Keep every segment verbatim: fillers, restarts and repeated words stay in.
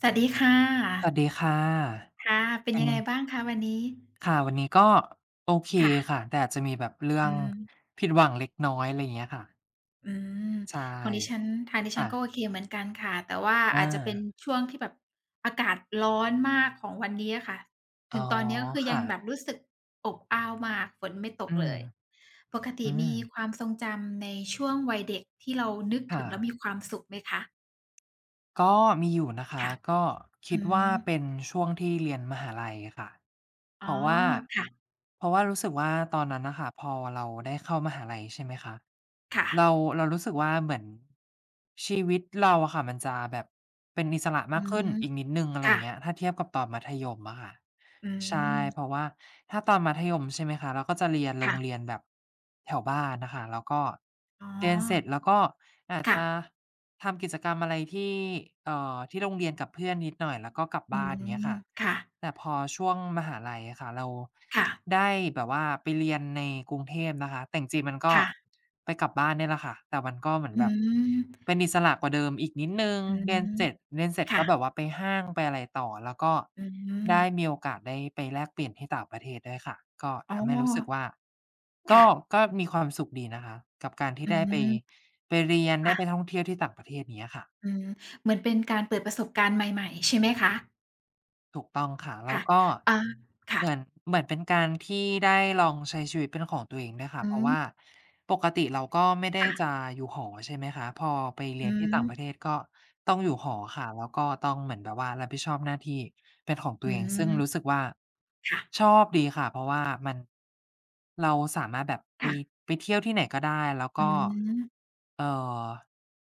สวัสดีค่ะสวัสดีค่ะค่ะ เป็นอันยังไงนี้บ้างคะวันนี้ ค่ะวันนี้ก็โอเคค่ะค่ะแต่อาจจะมีแบบเรื่ออืงมผิดหวังเล็กน้อยอะไรอย่างเงี้ยค่ะอืมใช่ของดิฉันทางดิฉันค่ะก็โอเคเหมือนกันค่ะ แต่ว่าอาจจะเป็นอาช่วงที่แบบอากาศร้อนมากของวันนี้อะค่ะ อ๋ถึองตอนนี้ก็คือยังค่ะแบบรู้สึกอบอ้าวมาก ฝนไม่ตกอืเลมย ปกติอืมมีความทรงจำในช่วงวัยเด็กที่เรานึกถึค่ะ งแล้วมีความสุขไหมคะก็มีอยู่นะคะค่ะ ก็คิอืดว่ามเป็นช่วงที่เรียนมหาลัยค่ะอ๋เพอราะว่าค่ะเพราะว่ารู้สึกว่าตอนนั้นน่ะค่ะพอเราได้เข้ามหาลัยใช่ไหมคะค่ะเราเรารู้สึกว่าเหมือนชีวิตเราอะค่ะมันจะแบบเป็นอิสระอืมากขึ้นมอีกนิดหนึ่งอะไรอย่างเงี้ยค่ะถ้าเทียบกับตอนมัธยมอะค่ะอืใช่เพมราะว่าถ้าตอนมัธยมใช่ไหมคะเราก็จะเรียนโรค่ะงเรียนแบบแถวบ้านน่ะค่ะแล้วก็อ๋อเรียนเสร็จแล้วก็อาจค่ะ จะ ทำกิจกรรมอะไรที่เอ่อที่โรงเรียนกับเพื่อนนิดหน่อยแล้วก็กลับอืบ้านเงี้ยมค่ะ ค่ะแต่พอช่วงมหาลัยอะค่ะเราค่ะได้แบบว่าไปเรียนในกรุงเทพนะคะแต่จริงๆมันก็ค่ะไปกลับบ้านเนี่ยแหละค่ะแต่มันก็เหมือนอืแบบมเป็นอิสระกว่าเดิมอีกนิดหนึ่งอืเรียนมเจ็ดเรียนเสร็จค่ะก็แบบว่าไปห้างไปอะไรต่อแล้วก็อืได้มมีโอกาสได้ไปแลกเปลี่ยนที่ต่างประเทศด้วยค่ะก็อ๋อทำให้รู้สึกว่าก็ค่ะก็มีความสุขดีนะคะกับการที่อืได้ไปมไปเรียนได้ไปค่ะท่องเที่ยวที่ต่างประเทศอย่างเงี้ยค่ะ อืมเหมือนเป็นการเปิดประสบการณ์ใหม่ๆ ใช่ไหมคะถูกต้องค่ะแล้วค่ะก็อาค่ะเหมือนเหมือนเป็นการที่ได้ลองใช้ชีวิตเป็นของตัวเองด้วยค่ะอืเพราะว่ามปกติเราก็ไม่ได้ค่ะจะอยู่หอใช่ไหมคะพอไปเรียอืนที่มต่างประเทศก็ต้องอยู่หอค่ะแล้วก็ต้องเหมือนแบบว่ารับผิดชอบหน้าที่เป็นของตัอืวเองซึ่งรู้สึมกว่าค่ะชอบดีค่ะเพราะว่ามันเราสามารถแบบไปค่ะไปเที่ยวที่ไหนก็ได้แล้วอืก็มเอ่อ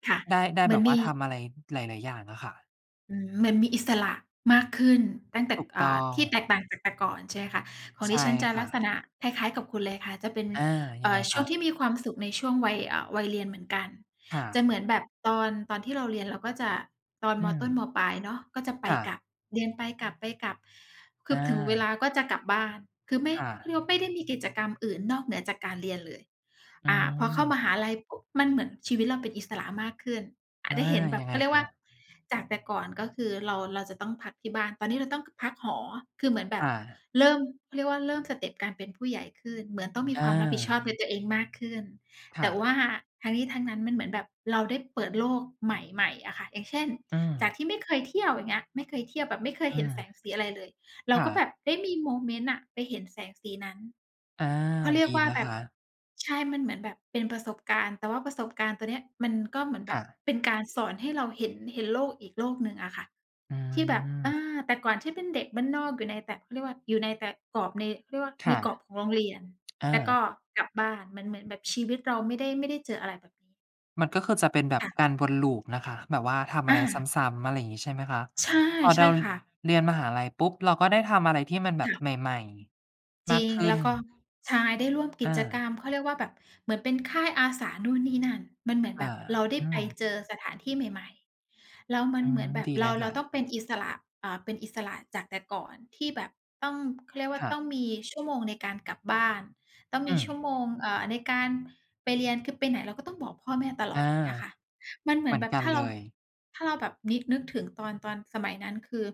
ค่ะได้ได้เหมืแบอนบว่ามี ทำอะไรหลายๆอย่างอะค่ะอืมเหมือนมีอิสระมากขึ้นตั้งแต่ถูกต้อ่าองที่แตกต่างจากแต่ก่อนใช่ค่ะของดิใช่ฉันจะลัค่ะ กษณะคล้ายๆกับคุณเลยค่ะจะเป็นอายัเอ่งอไงช่วงคะที่มีความสุขในช่วงวัยอ่าวัยเรียนเหมือนกันค่ะจะเหมือนแบบตอนตอนที่เราเรียนเราก็จะตอนมอืมต้นมปลายเนาะก็จะไปค่ะกลับเรียนไปกลับไปกลับคืออถึงเวลาาก็จะกลับบ้านคือไม่ค่ะเขาเรียกว่าไม่ได้มีกิจกรรมอื่นนอกเหนือจากการเรียนเลยอือ่าพอเข้ามมหาลัยปุ๊บมันเหมือนชีวิตเราเป็นอิสระมากขึ้น อาจอาจะเห็นแบยับงไงเขาเรียกว่าคะจากแต่ก่อนก็คือเราเราจะต้องพักที่บ้านตอนนี้เราต้องพักหอคือเหมือนแบบค่ะเริ่มเขาเรียกว่าเริ่มสเต็ปการเป็นผู้ใหญ่ขึ้นเหมือนต้องมีคอาวามรับผิดชอบในตัวเองมากขึ้นแต่ค่ะว่าทั้งนี้ทั้งนั้นมันเหมือนแบบเราได้เปิดโลกใหม่ๆอะค่ะอย่างเช่นอืมจากที่ไม่เคยเที่ยวอย่างเงี้ยไม่เคยเที่ยวแบบไม่เคยอืเห็นแสงมสีอะไรเลยเราก็ค่ะแบบได้มีโมเมนต์อะไปเห็นแสงสีนั้น อาเขาเรียกดีว่านะแบบคะใช่มันเหมือนแบบเป็นประสบการณ์ แต่ว่าประสบการณ์ตัวเนี้ยมันก็เหมือนแบบค่ะเป็นการสอนให้เราเห็นเห็นโลกอีกโลกหนึ่งอะค่ะอืที่แบบอามแต่ก่อนที่เป็นเด็กบ้านนอกอยู่ในแต่เขาเรียกว่าอยู่ในแต่กรอบในเขาเรียกว่าในค่ะกรอบของโรงเรียนอาแล้วก็กลับบ้านมันเหมือนแบบชีวิตเราไม่ได้ไม่ได้เจออะไรแบบนี้มันก็คือจะเป็นแบบกาค่ะรวน loop นะคะแบบว่าทำอะอาไรซ้ำๆอะไรอย่างงี้ใช่ไหมคะใช่พอใช่เราค่ะเรียนมหาลัยปุ๊บเราก็ได้ทำอะไรที่มันแบบใค่ะ หม่ๆจมาริกงขึ้แล้นวก็ใช่ได้ร่วมกิอาจกรรมเขาเรียกว่าแบบเหมือนเป็นค่ายอาสานู่นนี่นั่นมันเหมือนแบค่ะบเราได้อืไปมเจอสถานที่ใหม่ๆแล้วมันอืเหมมือนแบบดีเลเรายเราค่ะต้องเป็นอิสระอ่าเป็นอิสระจากแต่ก่อนที่แบบต้องเขาเรียกว่าค่ะต้องมีชั่วโมงในการกลับบ้านต้องอืมีชั่วโมมงเอ่อในการไปเรียนคือไปไหนเราก็ต้องบอกพ่อแม่ตลอดอา อย่างเงี้ยค่ะมันเหเหมือนมือนแบบกันถ้าเลเราย ถ้าเราแบบนินึกถึงตอนตอนสมัยนั้นคือ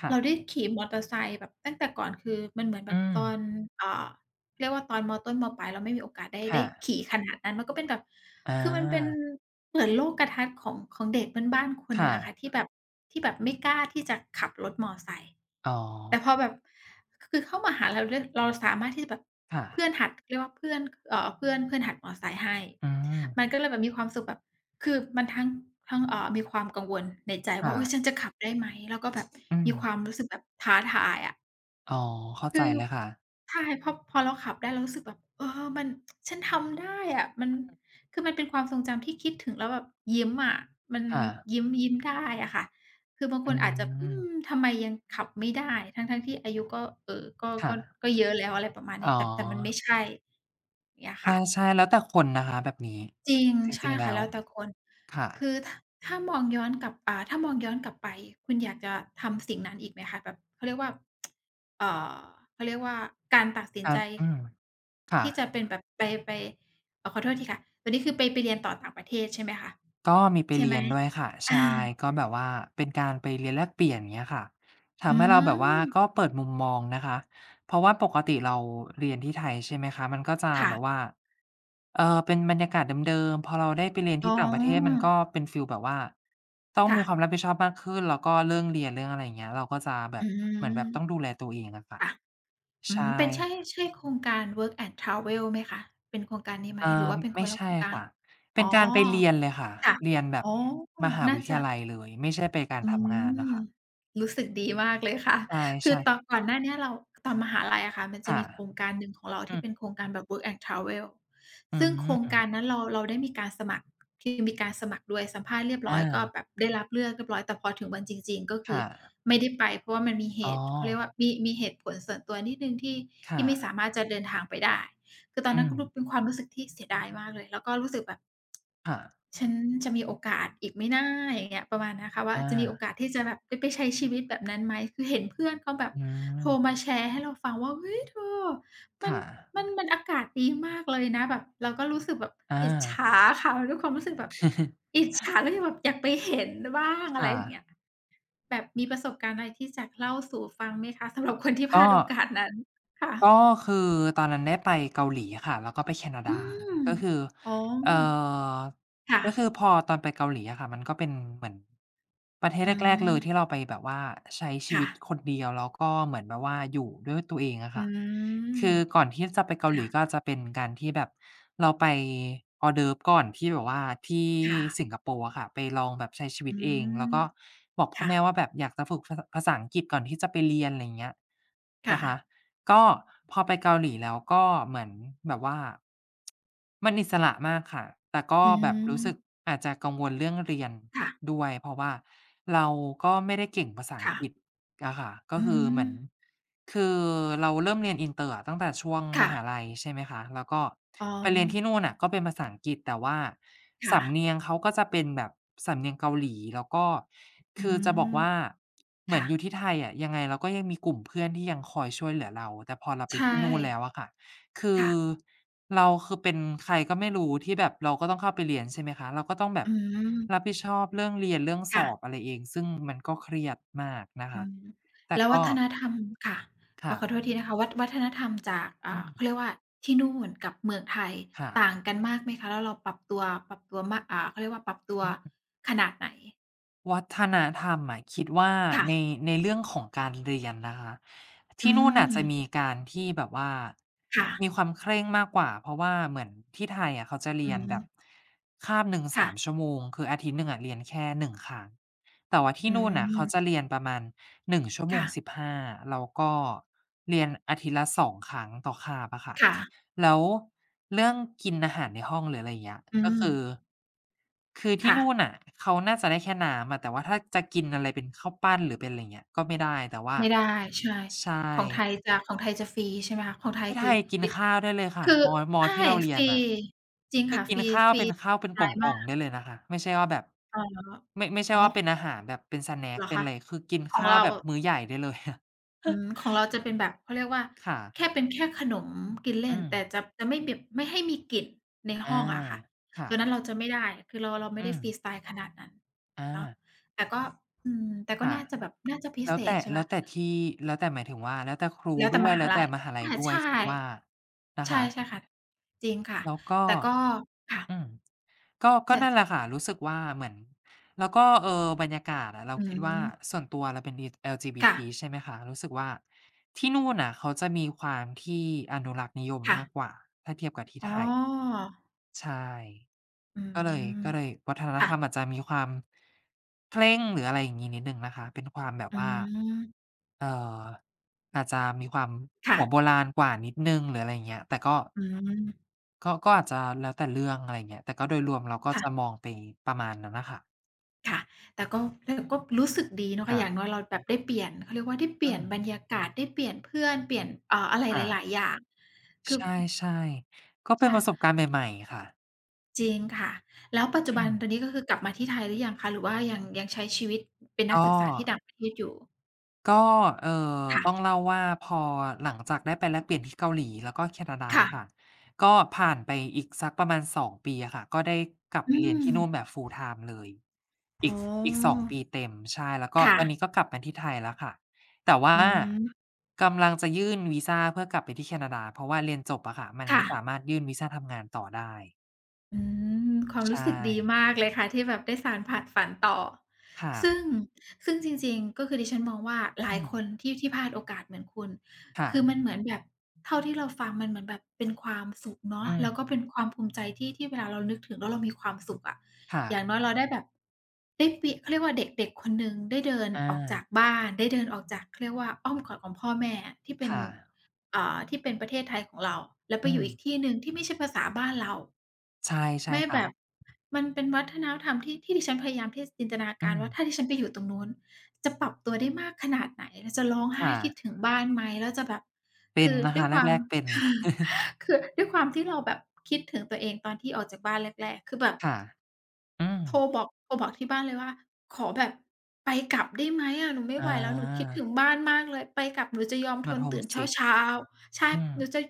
ค่ะ เราได้ขี่มอเตอร์ไซค์แบบตั้งแต่ก่อนคือมันเหมือนแบบอืม ตอนอ่าเรียกว่าตอนมต้นมปลายเราไม่มีโอกาสได้ได้ค่ะขี่ขนาดนั้นมันก็เป็นแบบอาคือมันเป็นเปิดโลกทัศน์ของของเด็กบ้านๆคนหนึ่งค่ะอะค่ะที่แบบที่แบบไม่กล้าที่จะขับรถมอไซค์อ๋อ แต่พอแบบคือเข้ามหาลัยเราเราสามารถที่จะแบบค่ะ เพื่อนหัดเรียกว่าเพื่อนเอ่อเพื่อนเพื่อนหัดมอไซค์ให้อืม มันก็เลยแบบมีความสุขแบบ คือมันทั้งทั้งเอ่อมีความกังวลในใจว่าอุ๊ยฉันค่ะ จะขับได้ไหมแล้วก็แบบอืมีมความรู้สึกแบบท้าทายอะอ๋อ เข้าใจคือเลยค่ะใช่พอพอเราขับได้เรารู้สึกแบบเออมันฉันทำได้อะมันคือมันเป็นความทรงจำที่คิดถึงแล้วแบบยิ้มอะมันค่ะ ยิ้มยิ้มได้อะค่ะคือบางคอืนอาจจะอืมม ทำไมยังขับไม่ได้ทั้งๆที่อายุก็เอ่อก็ก็ค่ะ ก็เยอะแล้วอะไรประมาณอ๋นี้แต่แต่มันไม่อ ใช่อย่างเงี้ยค่ะ ใช่ๆแล้วแต่คนนะคะ แบบนี้จริงจริใช่งๆ ค่ะแล้วแล้วแต่คนค่ะคือถาถ้ามองย้อนกลับอ่าถ้ามองย้อนกลับไปคุณอยากจะทำสิ่งนั้นอีกไหมคะแบบเขาเรียกว่าเอ่อเขาเรียกว่าการตัดสินกาใจรอืมค่ะ ที่จะเป็นแบบไปไปเอ่อขอโทษทีค่ะตัวนี้คือไปไปเรียนต่อต่างประเทศใช่ไหมคะก็มีไปใช่ไหเรีมยนด้วยค่ะอาใช่ก็แบบว่าเป็นการไปเรียนแลกเปลี่ยนอย่างเงี้ยค่ะอืทำให้เราแบบว่าก็มเปิดมุมมองนะคะเพราะว่าปกติเราเรียนที่ไทยใช่ไหมคะมันก็จะค่ะแบบว่าเอ่อเป็นบรรยากาศเดิมๆพอเราได้ไปเรียนอ๋ที่ต่างประเทศมันอก็เป็นฟีลแบบว่าต้องมีความรับค่ะผิดชอบมากขึ้นแล้วก็เรื่องเรียนเรื่องอะไรอย่างเงี้ยเราก็จะแบอืบเหมือนมแบบต้องดูแลตัวเองอะค่ะค่ะอืใช่ มเป็นใช่ใช่โครงการ Work and Travel ไหมคะเป็นโครงการนี้ไหมอหรือาว่าเป็นคไม่นละโครใช่งการค่ะอ๋เป็อ นการไปเรียนเลยค่ะค่ะเรียนแบอ๋บอ มหาน่าวิทจะ ยาลัยเลยไม่ใช่ไปการอืทำงานน่ะม ค่ะรู้สึกดีมากเลยค่ะ ใช่คือใช่ตอนก่อนหน้าเนี้ยเราตอนมหาลัยอะค่ะ มันจะค่ะมีโครงการหนึ่งของเราอืที่เป็นโคมรงการแบบ Work and Travel อืซึ่งโครงการนั้มนเราเราได้มีการสมัคร คือมีการสมัครด้วยสัมภาษณ์เรียบร้ออายก็แบบได้รับเลือกเรียบร้อย แต่พอถึงวันจริงๆ ก็คือค่ะไม่ได้ไปเพราะว่ามันมีเหอ๋อตุ เขาเรียกว่ามีมีเหตุผลส่วนตัวนิดหนึ่งที่ที่ไม่สาค่ะมารถจะเดินทางไปได้คือตอนอืนั้นมก็รู้เป็นความรู้สึกที่เสียดายมากเลยแล้วก็รู้สึกแบบ ค่ะฉันจะมีโอกาสอีกไหมนะอย่างเงี้ยประมาณเนี้ยค่ะว่าอาจะมีโอกาสที่จะแบบได้ไปใช้ชีวิตแบบนั้นไหมคือเห็นเพื่อนเขาแบบอืโทรมามแชร์ให้เราฟังว่าเฮ้ยเธอมันค่ะมันมันอากาศดีมากเลยนะแบบเราก็รู้สึกแบบอิจฉอา าเขาด้วยความรู้สึกแบบ อิจฉาแล้วก็แบบอยากไปเห็นบ้างอะไรค่ะอย่างเงี้ยแบบมีประสบการณ์อะไรที่จะเล่าสู่ฟังไหมคะสำหรับคนที่พลาก็ ดโอกาสนั้นค่ะก็คือตอนนั้นได้ไปเกาหลีค่ะแล้วก็ไปแคนาอืดา มก็คืออ๋อเอ่อค่ะก็คือพอตอนไปเกาหลีอะค่ะมันก็เป็นเหมือนประเทศอืแรกๆเลยที่มเราไปแบบว่าใช้ชีค่ะวิตคนเดียวแล้วก็เหมือนแบบว่าอยู่ด้วยตัวเองอะอืค่ะมคือก่อนที่จะไปเกาหค่ะ ลีก็จะเป็นการที่แบบเราไปออ r s d o e u ก่อนที่แบบว่าที่ค่ะสิงคโปร์อะค่ะไปลองแบบใช้ชีวิตอืเองแล้วมก็บอกพ่อค่ะแม่ว่าแบบอยากจะฝึกภาษาภาษาอังกฤษก่อนที่จะไปเรียนอะไรอย่างเงี้ยค่ะนะคะ ก็พอไปเกาหลีแล้วก็เหมือนแบบว่ามันอิสระมากค่ะ แต่ก็อืแบบรู้สึกมอาจจะกังวลเรื่องเรียนค่ะด้วยเพราะว่าเราก็ไม่ได้เก่งภาษาอังค่ะกฤษ อะค่ะก็อืคือเหมมือนคือเราเริ่มเรียนอินเตอร์อะตั้งแต่ช่วงมหาค่ะลัยใช่ไหมคะแล้วก็อ๋อไปเรียนที่นู่นน่ะก็เป็นภาษาอังกฤษแต่ว่าค่ะสำเนียงเขาก็จะเป็นแบบสำเนียงเกาหลีแล้วก็อืคือจะบอกมว่าเหมือนค่ะอยู่ที่ไทยอะยังไงเราก็ยังมีกลุ่มเพื่อนที่ยังคอยช่วยเหลือเราแต่พอเราไปใช่ที่นู่นแล้วอะค่ะ คือค่ะเราคือเป็นใครก็ไม่รู้ที่แบบเราก็ต้องเข้าไปเรียนใช่ไหมคะเราก็ต้องแบอืบมรับผิดชอบเรื่องเรียนเรื่องสค่ะอบอะไรเองซึ่งมันก็เครียดมากนะอืคะมแต่แล้ววัก็ฒนธรรมค่ะเอาค่ะขอโทษทีนะคะวัฒวัฒนธรรมจากอือ่าเขาเรียมกว่าที่นู่นกับเมืองไทยค่ะ ต่างกันมากไหมคะแล้วเราปรับตัวปรับตัวมากอ่าเขาเรียกว่าปรับตัวขนาดไหนวัฒนธรรมอะคิดว่าค่ะในในเรื่องของการเรียนนะคะอืที่นู่นอาจมจะมีการที่แบบว่าค่ะมีความเคร่งมากกว่าเพราะว่าเหมือนที่ไทยอะเขาจะอืเรียนแบบมคาบหนึ่งสามค่ะชั่วโมงคืออาทิตย์หนึ่งอะเรียนแค่หนึ่งครั้งแต่ว่าอืที่นู่นน่ะเขาจะมเรียนประมาณหนึ่งชั่วโมค่ะงสิบห้าแล้วก็เรียนอาทิตย์ละสองครั้งต่อคาบอะค่ะ ค่ะ แล้วเรื่องกินอาหารในห้องหรืออะไรอย่างเงี้ยอืก็มคือคือที่ค่ะนู่นน่ะเขาน่าจะได้แค่น้ำอะแต่ว่าถ้าจะกินอะไรเป็นข้าวปั้นหรือเป็นอะไรอย่างเงี้ยก็ไม่ได้แต่ว่าไม่ได้ใช่ใช่ของไทยจะของไทยจะฟรีใช่ไหมคะของไทยที่ไทคือยกินอิข้าวได้เลยค่ะคือมอมอใช่ที่เราเรีฟยนรีน่ะจริงคือค่ะกิฟนรีข้าวฟรีเป็นข้าวเป็นกน้ลอยมา่องกๆได้เลยนะคะไม่ใช่ว่าแบบอ๋อไม่ไม่ใช่อ๋อว่าเป็นอาหารแบบเป็นสแน็เหกรอเป็นคะอะไรคือกินของข้าวเราแบบมื้อใหญ่ได้เลย อะอืมของเราจะเป็นแบบเขาเรียกว่าค่ะแค่เป็นแค่ขนมกินเล่นอืมแต่จะจะไม่แบบไม่ให้มีกลิ่นในห้อาองอะค่ะค่ะตัวนั้นเราจะไม่ได้คือเราเราไม่อืได้มฟรีสไตล์ขนาดนั้นอาเนาะแต่ก็อืมแต่ก็ค่ะ น่าจะแบบน่าจะพิแล้เศวษแต่ใช่ไหมแล้วแต่ที่แล้วแต่หมายถึงว่าแล้วแต่ครูแล้วแต่ด้วมยหาแล้วลัแต่ยมหาลัยอาด้วยใช่ คิดว่านะใช่คะใช่ค่ะจริงค่ะแล้วก็แต่ก็ค่ะอืมก็ก็ใช่นั่นแหละค่ะๆรู้สึกว่าเหมือนแล้วก็เอ่อบรรยากาศอะเราอืคิดว่ามส่วนตัวเราเป็นดี ค่ะ แอล จี บี ที ใช่ไหมคะรู้สึกว่าที่นู่นน่ะเขาจะมีความที่อนุรักษ์นิยมมากกค่ะว่าถ้าเทียบกับที่อ๋ไทอย ใช่อืก็เลยมก็เลยวัฒนธค่ะรรมอาจจะมีความเคร่งหรืออะไรอย่างงี้นิดหนึ่งนะคะเป็นความแบบอืว่ามเอ่ออาจจะมีความค่ะหัวโบราณกว่านิดหนึ่งหรืออะไรอย่างเงี้ยแต่ก็อืมก็ก็อาจจะแล้วแต่เรื่องอะไรอย่างเงี้ยแต่ก็โดยรวมเราก็จะมค่ะองไปประมาณนั้นน่ะค่ะค่ะแต่ก็แต่ก็รู้สึกดีเนาะค่ะอย่างน้ค่ะอยเราแบบได้เปลี่ยนเขาเรียกว่าได้เปอืลี่ยนมบรรยากาศได้เปลี่ยนเพื่อนเปลี่ยนเอ่ออะไรค่ะหลายๆอย่างคืใอช่ๆก็เป็นใช่ประสบการณ์ใหม่ๆค่ะจริงค่ะแล้วปัจจุอืบันตอนมนี้ก็คือกลับมาที่ไทยหรือยังคะหรือว่ายังยังใช้ชีวิตเป็นนักก็ ศึกษาที่ต่างประเทศอยู่ก็เอ่อค่ะต้องเล่าว่าพอหลังจากได้ไปแลกเปลี่ยนที่เกาหลีแล้วก็แคนาดาค่ะค่ะก็ผ่านไปอีกสักประมาณสองปีอะค่ะก็ได้กลับอืไปเรียนม ที่นู่นแบบ full time เลยอีอ๋กอีกสองอปีเต็มใช่แล้วก็ค่ะตอนนี้ก็กลับมาที่ไทยแล้วค่ะแต่ว่าอืมกำลังจะยื่นวีซาเพื่อกลับไปที่แคนาดาเพราะว่าเรียนจบอะค่ะมันสาค่ะ มารถยื่นวีซาทำงานต่อได้อืมความใช่รู้สึกดีมากเลยค่ะที่แบบได้สานผ่านฝันต่อค่ะซึ่งซึ่งจริงๆก็คือดิฉันมองว่าหลาอืยคมนที่ที่พลาดโอกาสเหมือนคุณคือค่ะมันเหมือนแบบเท่าที่เราฟังมันเหมือนแบบเป็นความสุขเนาะอืแล้วก็มเป็นความภูมิใจที่ที่เวลาเรานึกถึงแล้วเรามีความสุขอะค่ะอย่างน้อยเราได้แบบได้เปียเขาเรียกว่าเด็กๆคนหนึ่งได้เดินออกจาอากบ้านได้เดินออกจากเขาเรียกว่าอ้อมกอดของพ่อแม่ที่เป็นค่ะอ่าที่เป็นประเทศไทยของเราแล้วไปอือมยู่อีกที่หนึ่งที่ไม่ใช่ภาษาบ้านเรา ใช่ใช่ไม่แบบค่ะมันเป็นวัฒนธรรมที่ที่ดิฉันพยายามที่จะจินตนาอืการม ว่าถ้าดิฉันไปอยู่ตรงนู้นจะปรับตัวได้มากขนาดไหนแล้วจะร้องไห้ค่ะคิดถึงบ้านไหมแล้วจะแบบเป็นคือนะด้วคะยความ แรกๆเป็น คือด้วยความที่เราแบบคิดถึงตัวเองตอนที่ออกจากบ้านแรกๆคือแบบ ค่ะอืมโทรบอกโทรบอกที่บ้านเลยว่าขอแบบไปกลับได้ไหมอะหนูไม่อไหวแล้วหนูคิดาถึงบ้านมากเลยไปกลับหนูจะยอมทมัน นตื่นเ homesick ช้าๆใช่อืมหนูจะ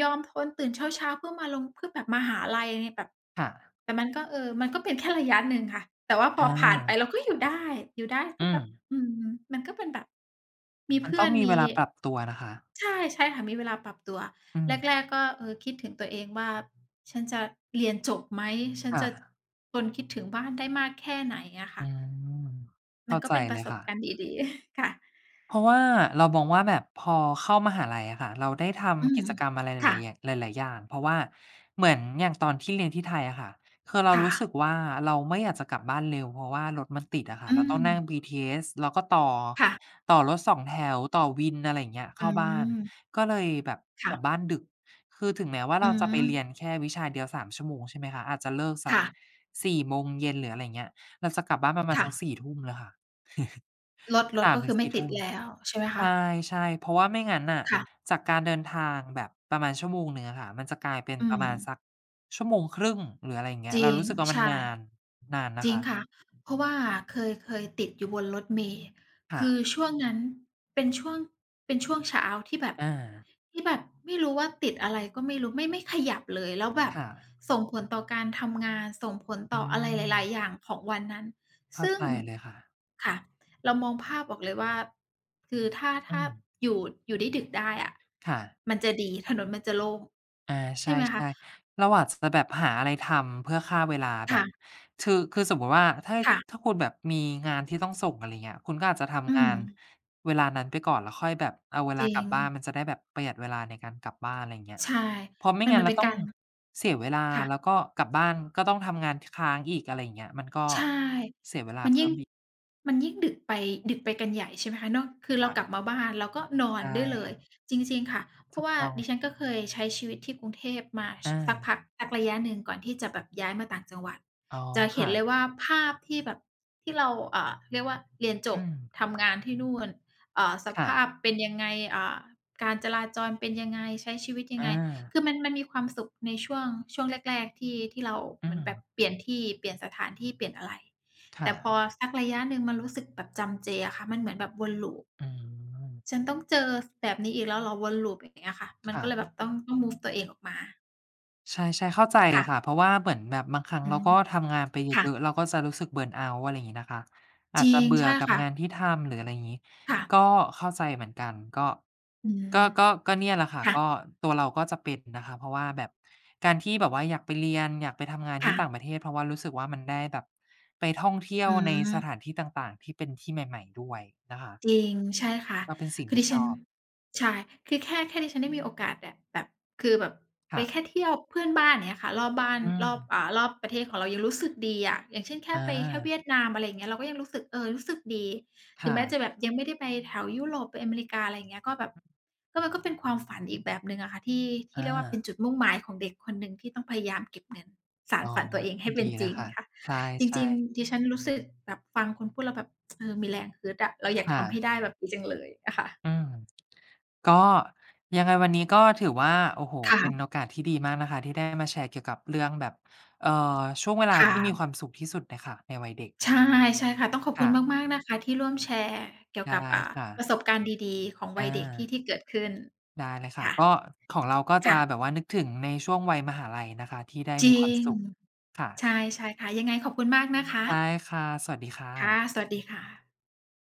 ยอมทนตื่นเช้าๆเพื่อมาลงเพื่อแบบมาหาลัยอะไรแบบค่ะแต่มันก็เออมันก็เป็นแค่ระยะหนึ่งค่ะแต่ว่าพออผ่านไปาเราก็อยู่ได้อยู่ได้ก็อืแบมบอืมมันก็เป็นแบบมีมันเพื่ต้อองนมีเวมีลาปรับตัวนะคะใช่ใช่ค่ะมีเวลาปรับตัวอืแมรกๆก็เออคิดถึงตัวเองว่า ฉันจะเรียนจบไหม ฉันจะค่ะทนคิดถึงบ้านได้มากแค่ไหนอะค่ะอืมมันเข้าก็ใจเป็นปเลระยสบค่ะ การณ์ดีๆ ค่ะเพราะว่าเรามองว่าแบบพอเข้ามหาลัยอะค่ะเราได้อืทำมกิจกรรมอะไรหค่ะลายๆอย่างหลายๆอย่างเพราะว่าเหมือนอย่างตอนที่เรียนที่ไทยอะค่ะคือเราค่ะรู้สึกว่าเราไม่อยากจะกลับบ้านเร็วเพราะว่ารถมันติดอะค่ะอืเราต้องมนั่ง บี ที เอส แล้วก็ต่อค่ะต่อรถสองแถวต่อวินอะไรอย่างเงี้ยอืเข้าบ้านมก็เลยแบบกลับบ้าค่ะนดึกคือถึงแม้ว่าอืเราจะไปมเรียนแค่วิชาเดียวสามชั่วโมงใช่ไหมคะอาจจะเลิกสักค่ะสี่โมงเย็นหรืออะไรอย่างเงี้ยเราจะกลับบ้านประมาณค่ะสักสี่ทุ่มเลยค่ะ รถร ถสามก็ถึคืองไม่สี่ติดทุ่ม แล้วใช่ไหมคะใช่ๆเพราะว่าไม่งั้นน่ะค่ะจากการเดินทางแบบประมาณชั่วโมงหนึ่งอะค่ะมันจะกลายเป็นอืประม มาณสักชั่วโมงครึ่งหรืออะไรอย่างเงี้จยริเราง รู้สึกว่ามันใช่ นานนานจนะริงคะค่ะเพราะว่าเคยเคยติดอยู่บนรถเมล์คือค่ะช่วงนั้นเป็นช่วงเป็นช่วงเช้าที่แบบอาที่แบบไม่รู้ว่าติดอะไรก็ไม่รู้ไม่ไม่ขยับเลยแล้วแบบค่ะส่งผลต่อการทำงานส่งผลอืต่ออะไรหมลายๆอย่างของวันนั้นเข้าซึ่งใจเลยค่ะค่ะเรามองภาพออกเลยว่าคือถ้าอืถ้ามอยู่อยู่ได้ดึกได้อะค่ะ มันจะดีถนนมันจะโล่งอาใชใช่ไหมคะ่ๆเราอาจจะแบบหาอะไรทำเพื่อฆ่าเวลาแบบค่ะคือคือสมมุติว่าถ้าค่ะถ้าคุณแบบมีงานที่ต้องส่งอะไรเงี้ยคุณก็อาจจะอืทำงานมเวลานั้นไปก่อนแล้วค่อยแบบเอาเวจลาริกลับง บ้านมันจะได้แบบประหยัดเวลาในการกลับบ้านอะไรเงี้ยใช่เพราะไม่มันเหงั้มืนอนเราเป็นต้อกางรเสียเวลาแล้วค่ะก็กลับบ้านก็ต้องทำงานค้างอีกอะไรอย่างเงี้ยมันก็ใช่มันยิ่งมันยิ่งดึกไปดึกไปกันใหญ่ใช่ไหมคะนอกคือเรากลับค่ะมาบ้านเราก็นอนใช่ได้เลยจริงๆค่ะเพถูราะกว่าต้องดิฉันก็เคยใช้ชีวิตที่กรุงเทพมาชอาสักพักสักระยะหนึ่งก่อนที่จะแบบย้ายมาต่างจังหวัดอ๋อจะเห็นเลยค่ะว่าภาพที่แบบที่เราเอ่อเรียกว่าเรียนจบอืมทำงานที่นู่นเอ่อสภาพค่ะเป็นยังไงอ่าการจราจรเป็นยังไงใช้ชีวิตยังอาไง คือมันมันมีความสุขในช่วงช่วงแรกๆที่ที่เราเหอืมือนมแบบเปลี่ยนที่เปลี่ยนสถานที่เปลี่ยนอะไรแต่ค่ะพอสักระยะหนึ่งมันรู้สึกแบบจำเจอะค่ะมันเหมือนแบบวนลูปอืมฉันต้องเจอแบบนี้อีกแล้วเหรอวนลูปอย่างเงี้ยค่ะมันก็เลยแบค่ะ บต้องต้องมูฟตัวเองออกมาใช่ใช่เข้าใจค่ะค่ะเพราะว่าเหมือนแบบบางครั้งอืเรามก็ทำงานไปเยค่ะอะๆเราก็จะรู้สึกเบิร์นเอาต์อะไรอย่างงี้นะคะจอาจริจะงเบื่อใช่กับค่ะงานที่ทำหรืออะไรอย่างงี้ค่ะก็เข้าใจเหมือนกันก็อืก็มก็ก็เนี่ยแหละค่ะค่ะก็ตัวเราก็จะเป็นนะคะเพราะว่าแบบการที่แบบว่าอยากไปเรียนอยากไปทำงานที่ค่ะต่างประเทศเพราะว่ารู้สึกว่ามันได้แบบไปท่องเที่ยอืวในสถาม นที่ต่างๆที่เป็นที่ใหม่ๆด้วยนะคะจริงใช่ค่ะคือกดิฉัน็ใช่คือแค่แค่ดิฉันได้มีโอกาสแบบแบบคือแบบไปแค่ค่ะเที่ยวเพื่อนบ้านอย่างเงี้ยค่ะรอบบ้านอืรมอบอ่ารอบประเทศของเรายังรู้สึกดีอะอย่างเช่นแค่อาไปแค่เวียดนามอะไรอย่างเงี้ยเราก็ยังรู้สึกเออรู้สึกดีถึงค่ะแม้จะแบบยังไม่ได้ไปแถวยุโรปไปอเมริกาอะไรอย่างเงี้ยก็แบบก็มันก็เป็นความฝันอีกแบบหนึ่งอะค่ะที่ที่อาเรียกว่าเป็นจุดมุ่งหมายของเด็กคนหนึ่งที่ต้องพยายามเก็บเงินสานอ๋อฝันตัวเองให้เป็นดีจแล้ริวงค่ะค่ะ ใจริช่งๆ ๆดิฉันรู้สึกแบบฟังคุณพูดแล้วแบบ เออมีแรงฮึดอะเราอยากค่ะทำให้ได้แบบนี้จังเลยอะค่ะอืมก็ยังไงวันนี้ก็ถือว่าโอ้โฮเป็นโอค่ะกาสที่ดีมากนะคะที่ได้มาแชร์เกี่ยวกับเรื่องแบบเอ่อช่วงเวลาค่ะที่มีความสุขที่สุดน่ะค่ะในวัยเด็กใช่ใช่ค่ะต้องขอบคุณค่ะมากๆนะคะที่ร่วมแชร์เกี่ยวกับได้อ่าค่ะประสบการณ์ดีๆของวัยเด็กที่อาที่เกิดขึ้นได้เลยค่ะค่ะก็ของเราก็จะแบค่ะบว่านึกถึงในช่วงวัยมหาลัยนะคะที่ได้จมีคริวามงสุขค่ะใช่ใช่ค่ะยังไงขอบคุณมากนะคะได้ค่ะสวัสดีค่ะค่ะสวัสดีค่ะ